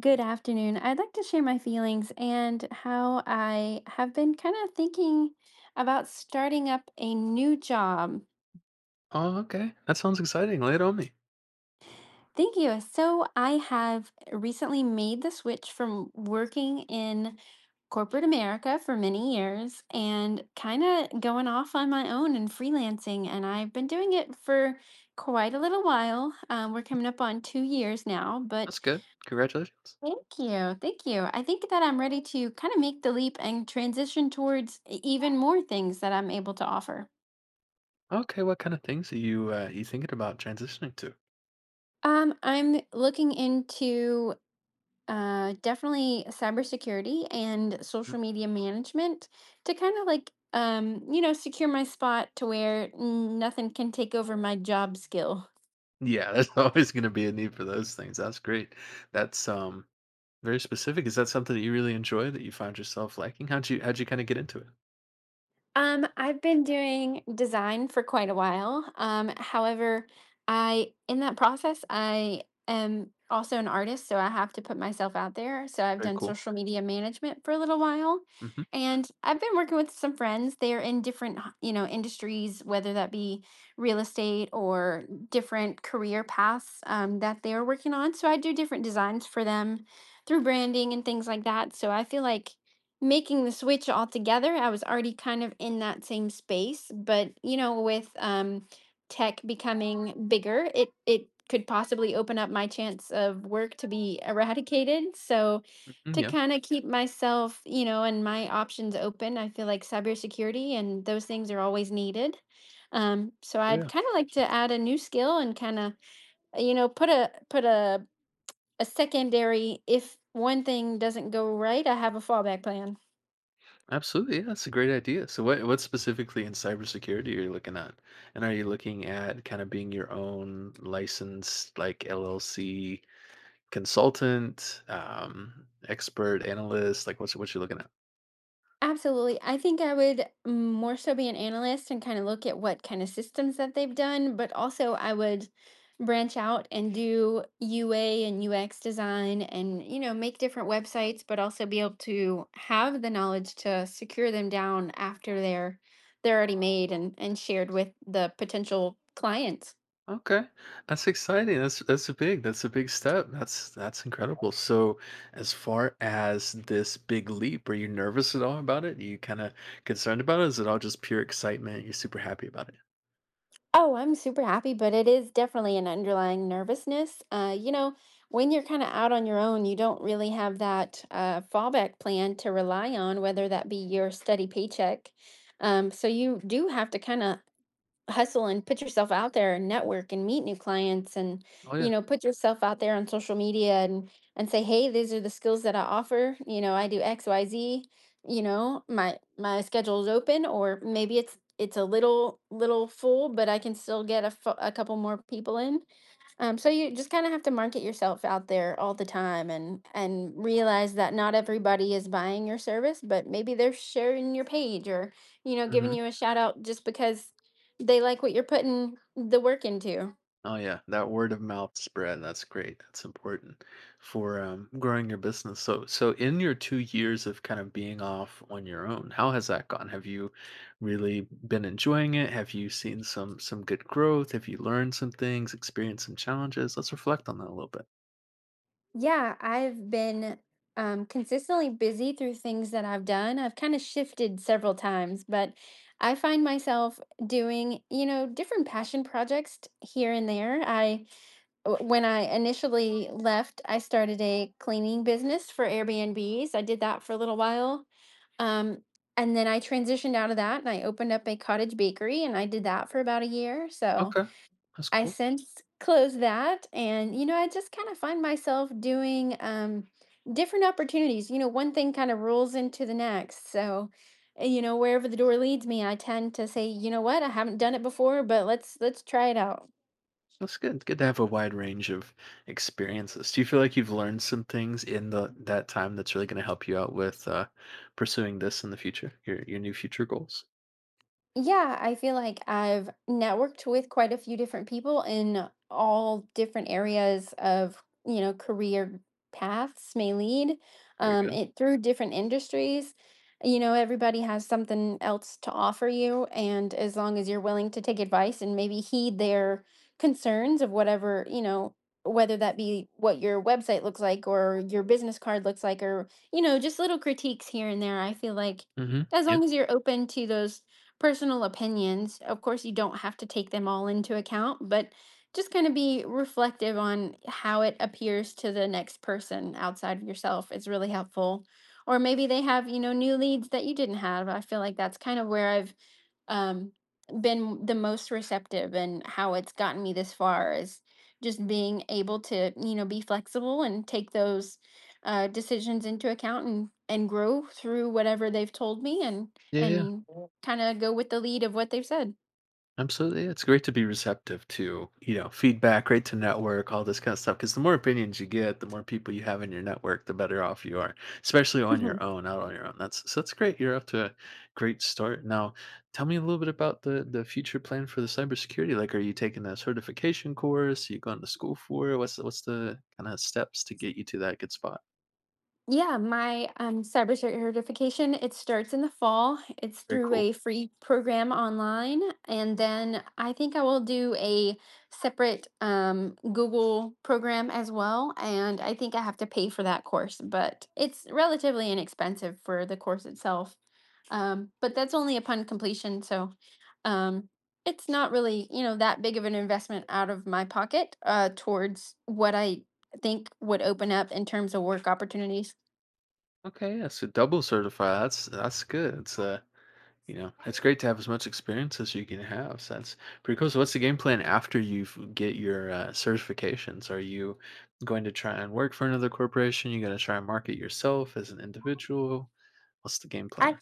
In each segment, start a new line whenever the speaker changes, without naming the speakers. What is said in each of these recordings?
Good afternoon. I'd like to share my feelings and how I have been kind of thinking about starting up a new job.
Oh, okay. That sounds exciting. Lay it on me.
Thank you. So, I have recently made the switch from working in corporate America for many years and kind of going off on my own and freelancing. And I've been doing it for quite a little while. We're coming up on 2 years now,
That's
but
good. Congratulations.
thank you. Thank you. I think that I'm ready to kind of make the leap and transition towards even more things that I'm able to offer.
Okay, what kind of things are you you thinking about transitioning to?
I'm looking into definitely cybersecurity and
Mm.
social media management to kind of like, secure my spot to where nothing can take over my job skill.
Yeah, there's always going to be a need for those things. That's great. That's very specific. Is that something that you really enjoy that you found yourself liking? How'd you kind of get into it?
I've been doing design for quite a while. However, I in that process, I am also an artist, so I have to put myself out there. So I've
Very
done
cool.
social media management for a little while,
Hmm.
and I've been working with some friends. They're in different, you know, industries, whether that be real estate or different career paths that they're working on. So I do different designs for them through branding and things like that. So I feel like making the switch altogether. I was already kind of in that same space, but you know, with tech becoming bigger, it could possibly open up my chance of work to be eradicated. So,
Hmm,
to
yeah.
kind of keep myself, you know, and my options open, I feel like cybersecurity and those things are always needed. So
Oh
I'd
yeah.
kind of like to add a new skill and kind of, you know, put a secondary if one thing doesn't go right, I have a fallback plan.
Absolutely. Yeah, that's a great idea. So what specifically in cybersecurity are you looking at? And are you looking at kind of being your own licensed like LLC consultant, expert, analyst, like what you're looking at?
Absolutely. I think I would more so be an analyst and kind of look at what kind of systems that they've done, but also I would branch out and do UA and UX design and, you know, make different websites, but also be able to have the knowledge to secure them down after they're already made and shared with the potential clients.
Okay. That's exciting. That's a big step. That's incredible. So as far as this big leap, are you nervous at all about it? Are you kind of concerned about it? Is it all just pure excitement? You're super happy about it?
Oh, I'm super happy, but it is definitely an underlying nervousness. You know, when you're kind of out on your own, you don't really have that fallback plan to rely on, whether that be your steady paycheck. So you do have to kind of hustle and put yourself out there and network and meet new clients and
Oh
you
yeah.
know put yourself out there on social media and say hey these are the skills that I offer you know I do XYZ you know my schedule is open or maybe it's a little full but I can still get a, a couple more people in. So you just kind of have to market yourself out there all the time and realize that not everybody is buying your service, but maybe they're sharing your page or, you know, giving
Mhm.
you a shout out just because they like what you're putting the work into.
Oh yeah, that word of mouth spread, that's great. That's important for, growing your business. So in your 2 years of kind of being off on your own, how has that gone? Have you really been enjoying it? Have you seen some good growth? Have you learned some things, experienced some challenges? Let's reflect on that a little bit.
Yeah, I've been consistently busy through things that I've done. I've kind of shifted several times, but I find myself doing, you know, different passion projects here and there. When I initially left, I started a cleaning business for Airbnbs. I did that for a little while. Um, and then I transitioned out of that and I opened up a cottage bakery and I did that for about a year. So
Okay. That's
I
cool.
since closed that. And, you know, I just kind of find myself doing different opportunities. You know, one thing kind of rolls into the next. So, you know, wherever the door leads me, I tend to say, you know what, I haven't done it before, but let's try it out.
That's good. Good to have a wide range of experiences. Do you feel like you've learned some things in the that time that's really gonna help you out with, pursuing this in the future? Your new future goals?
Yeah, I feel like I've networked with quite a few different people in all different areas of, you know, career paths may lead
Very good.
it through different industries. You know, everybody has something else to offer you, and as long as you're willing to take advice and maybe heed their concerns of whatever, you know, whether that be what your website looks like or your business card looks like, or, you know, just little critiques here and there, I feel like
Mhm.
as
Yeah.
long as you're open to those personal opinions. Of course, you don't have to take them all into account, but just kind of be reflective on how it appears to the next person outside of yourself is really helpful. Or maybe they have, you know, new leads that you didn't have. I feel like that's kind of where I've um, been the most receptive and how it's gotten me this far is just being able to you know be flexible and take those decisions into account and grow through whatever they've told me
Yeah, yeah.
and kind of go with the lead of what they've said.
Absolutely, yeah. It's great to be receptive to, you know, feedback, great to network, all this kind of stuff. Because the more opinions you get, the more people you have in your network, the better off you are, especially on your own, out on your own. That's so that's great. You're off to a great start. Now, tell me a little bit about the future plan for the cybersecurity. Like, are you taking a certification course? Are you going to school for it? What's the kind of steps to get you to that good spot?
Yeah, my cyber certification, it starts in the fall. It's
Very
through
cool.
a free program online. And then I think I will do a separate Google program as well. And I think I have to pay for that course, but it's relatively inexpensive for the course itself. But that's only upon completion. So um, it's not really, you know, that big of an investment out of my pocket towards what I think would open up in terms of work opportunities.
Okay, yeah, so double certified. That's good. It's you know, it's great to have as much experience as you can have. So that's pretty cool. So, what's the game plan after you get your certifications? Are you going to try and work for another corporation? You going to try and market yourself as an individual? What's the game plan?
I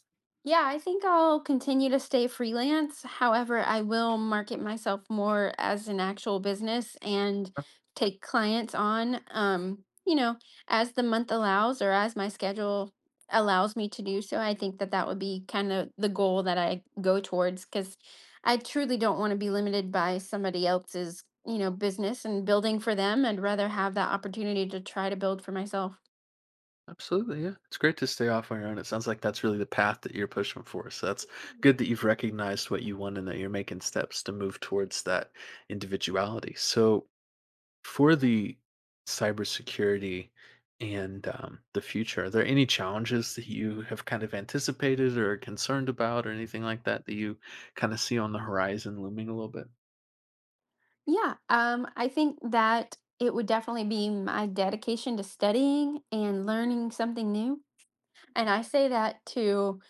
Yeah, I think I'll continue to stay freelance. However, I will market myself more as an actual business and
Uh,
take clients on you know, as the month allows or as my schedule allows me to do so. I think that that would be kind of the goal that I go towards cuz I truly don't want to be limited by somebody else's, you know, business and building for them. I'd rather have that opportunity to try to build for myself.
Absolutely, yeah. It's great to stay off on your own. It sounds like that's really the path that you're pushing for. So that's good that you've recognized what you want and that you're making steps to move towards that individuality. So, for the cybersecurity and, the future, are there any challenges that you have kind of anticipated or are concerned about or anything like that that you kinda see on the horizon looming a little bit?
Yeah, I think that it would definitely be my dedication to studying and learning something new. And I say that to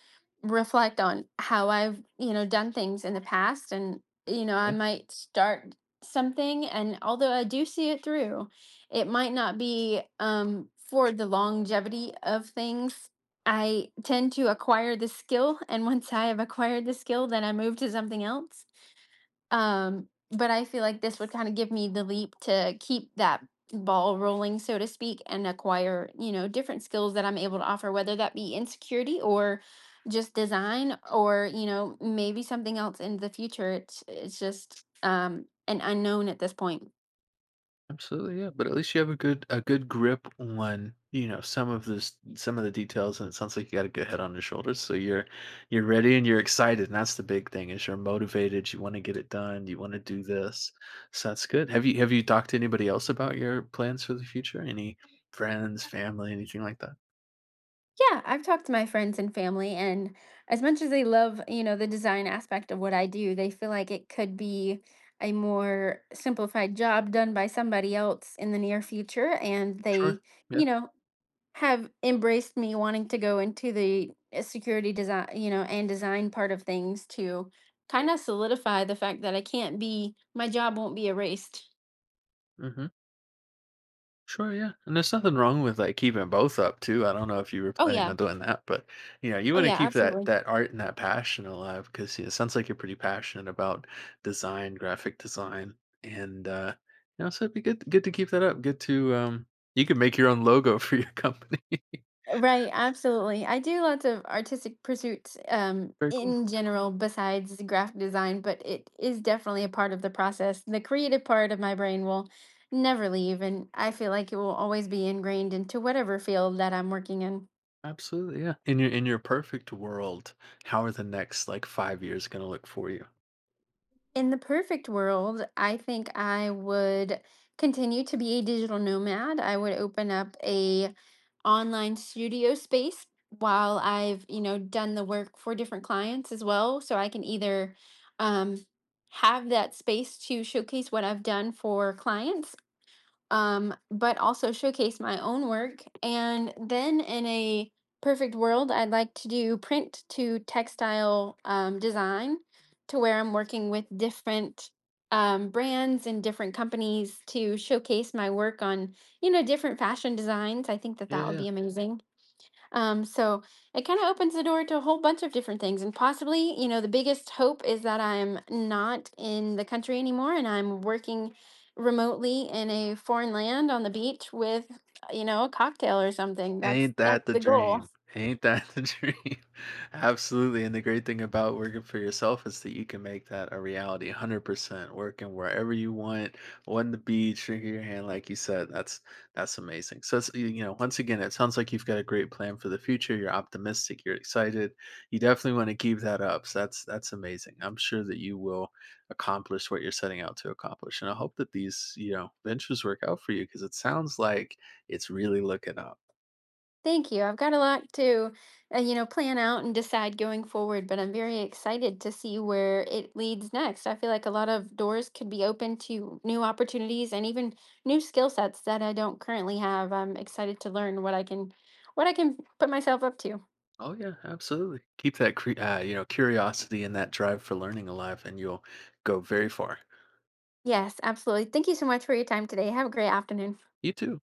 reflect on how I've, you know, done things in the past. And, you know, I
Yeah.
might start something, and although I do see it through, it might not be for the longevity of things. I tend to acquire the skill. And once I have acquired the skill, then I move to something else. But I feel like this would kind of give me the leap to keep that ball rolling, so to speak, and acquire, you know, different skills that I'm able to offer, whether that be in security or just design or, you know, maybe something else in the future. It's just an unknown at this point.
Absolutely, yeah. But at least you have a good grip on, you know, some of the details, and it sounds like you got a good head on your shoulders. So you're ready and you're excited. And that's the big thing is you're motivated, you want to get it done, you want to do this. So that's good. Have you talked to anybody else about your plans for the future? Any friends, family, anything like that?
Yeah, I've talked to my friends and family, and as much as they love, you know, the design aspect of what I do, they feel like it could be a more simplified job done by somebody else in the near future. And
Sure.
they,
Yeah.
you know, have embraced me wanting to go into the security design, you know, and design part of things to kind of solidify the fact that I can't be, my job won't be erased.
Mhm. Sure, yeah. And there's nothing wrong with, like, keeping both up too. I don't know if you were
Oh,
planning on
yeah.
doing that, but, you know, you
Oh,
wanna
yeah,
keep that
absolutely.
that art and that passion alive, because it sounds like you're pretty passionate about design, graphic design, and, you know, so it'd be good to keep that up. Good to, you could make your own logo for your company.
Right, absolutely. I do lots of artistic pursuits
Very cool.
in general besides graphic design, but it is definitely a part of the process. The creative part of my brain will never leave, and I feel like it will always be ingrained into whatever field that I'm working in.
Absolutely, yeah. In your perfect world, how are the next, like, 5 years gonna look for you?
In the perfect world, I think I would continue to be a digital nomad. I would open up a online studio space while I've, you know, done the work for different clients as well. So I can either um, have that space to showcase what I've done for clients but also showcase my own work. And then in a perfect world, I'd like to do print to textile design to where I'm working with different brands and different companies to showcase my work on, you know, different fashion designs. I think that
Yeah,
that would
yeah.
be amazing. So it kind of opens the door to a whole bunch of different things. And possibly, you know, the biggest hope is that I'm not in the country anymore and I'm working remotely in a foreign land on the beach with, you know, a cocktail or something.
Ain't that
That's
the
the goal.
dream? Ain't that the dream? Absolutely, and the great thing about working for yourself is that you can make that a reality 100%, working wherever you want, on the beach, drinking your hand, like you said, that's amazing. So it's, you know, once again, it sounds like you've got a great plan for the future. You're optimistic, you're excited. You definitely want to keep that up. So that's amazing. I'm sure that you will accomplish what you're setting out to accomplish. And I hope that these, you know, ventures work out for you because it sounds like it's really looking up.
Thank you. I've got a lot to, you know, plan out and decide going forward, but I'm very excited to see where it leads next. I feel like a lot of doors could be open to new opportunities and even new skill sets that I don't currently have. I'm excited to learn what I can put myself up to.
Oh yeah, absolutely. Keep that you know, curiosity and that drive for learning alive, and you'll go very far.
Yes, absolutely. Thank you so much for your time today. Have a great afternoon.
You too.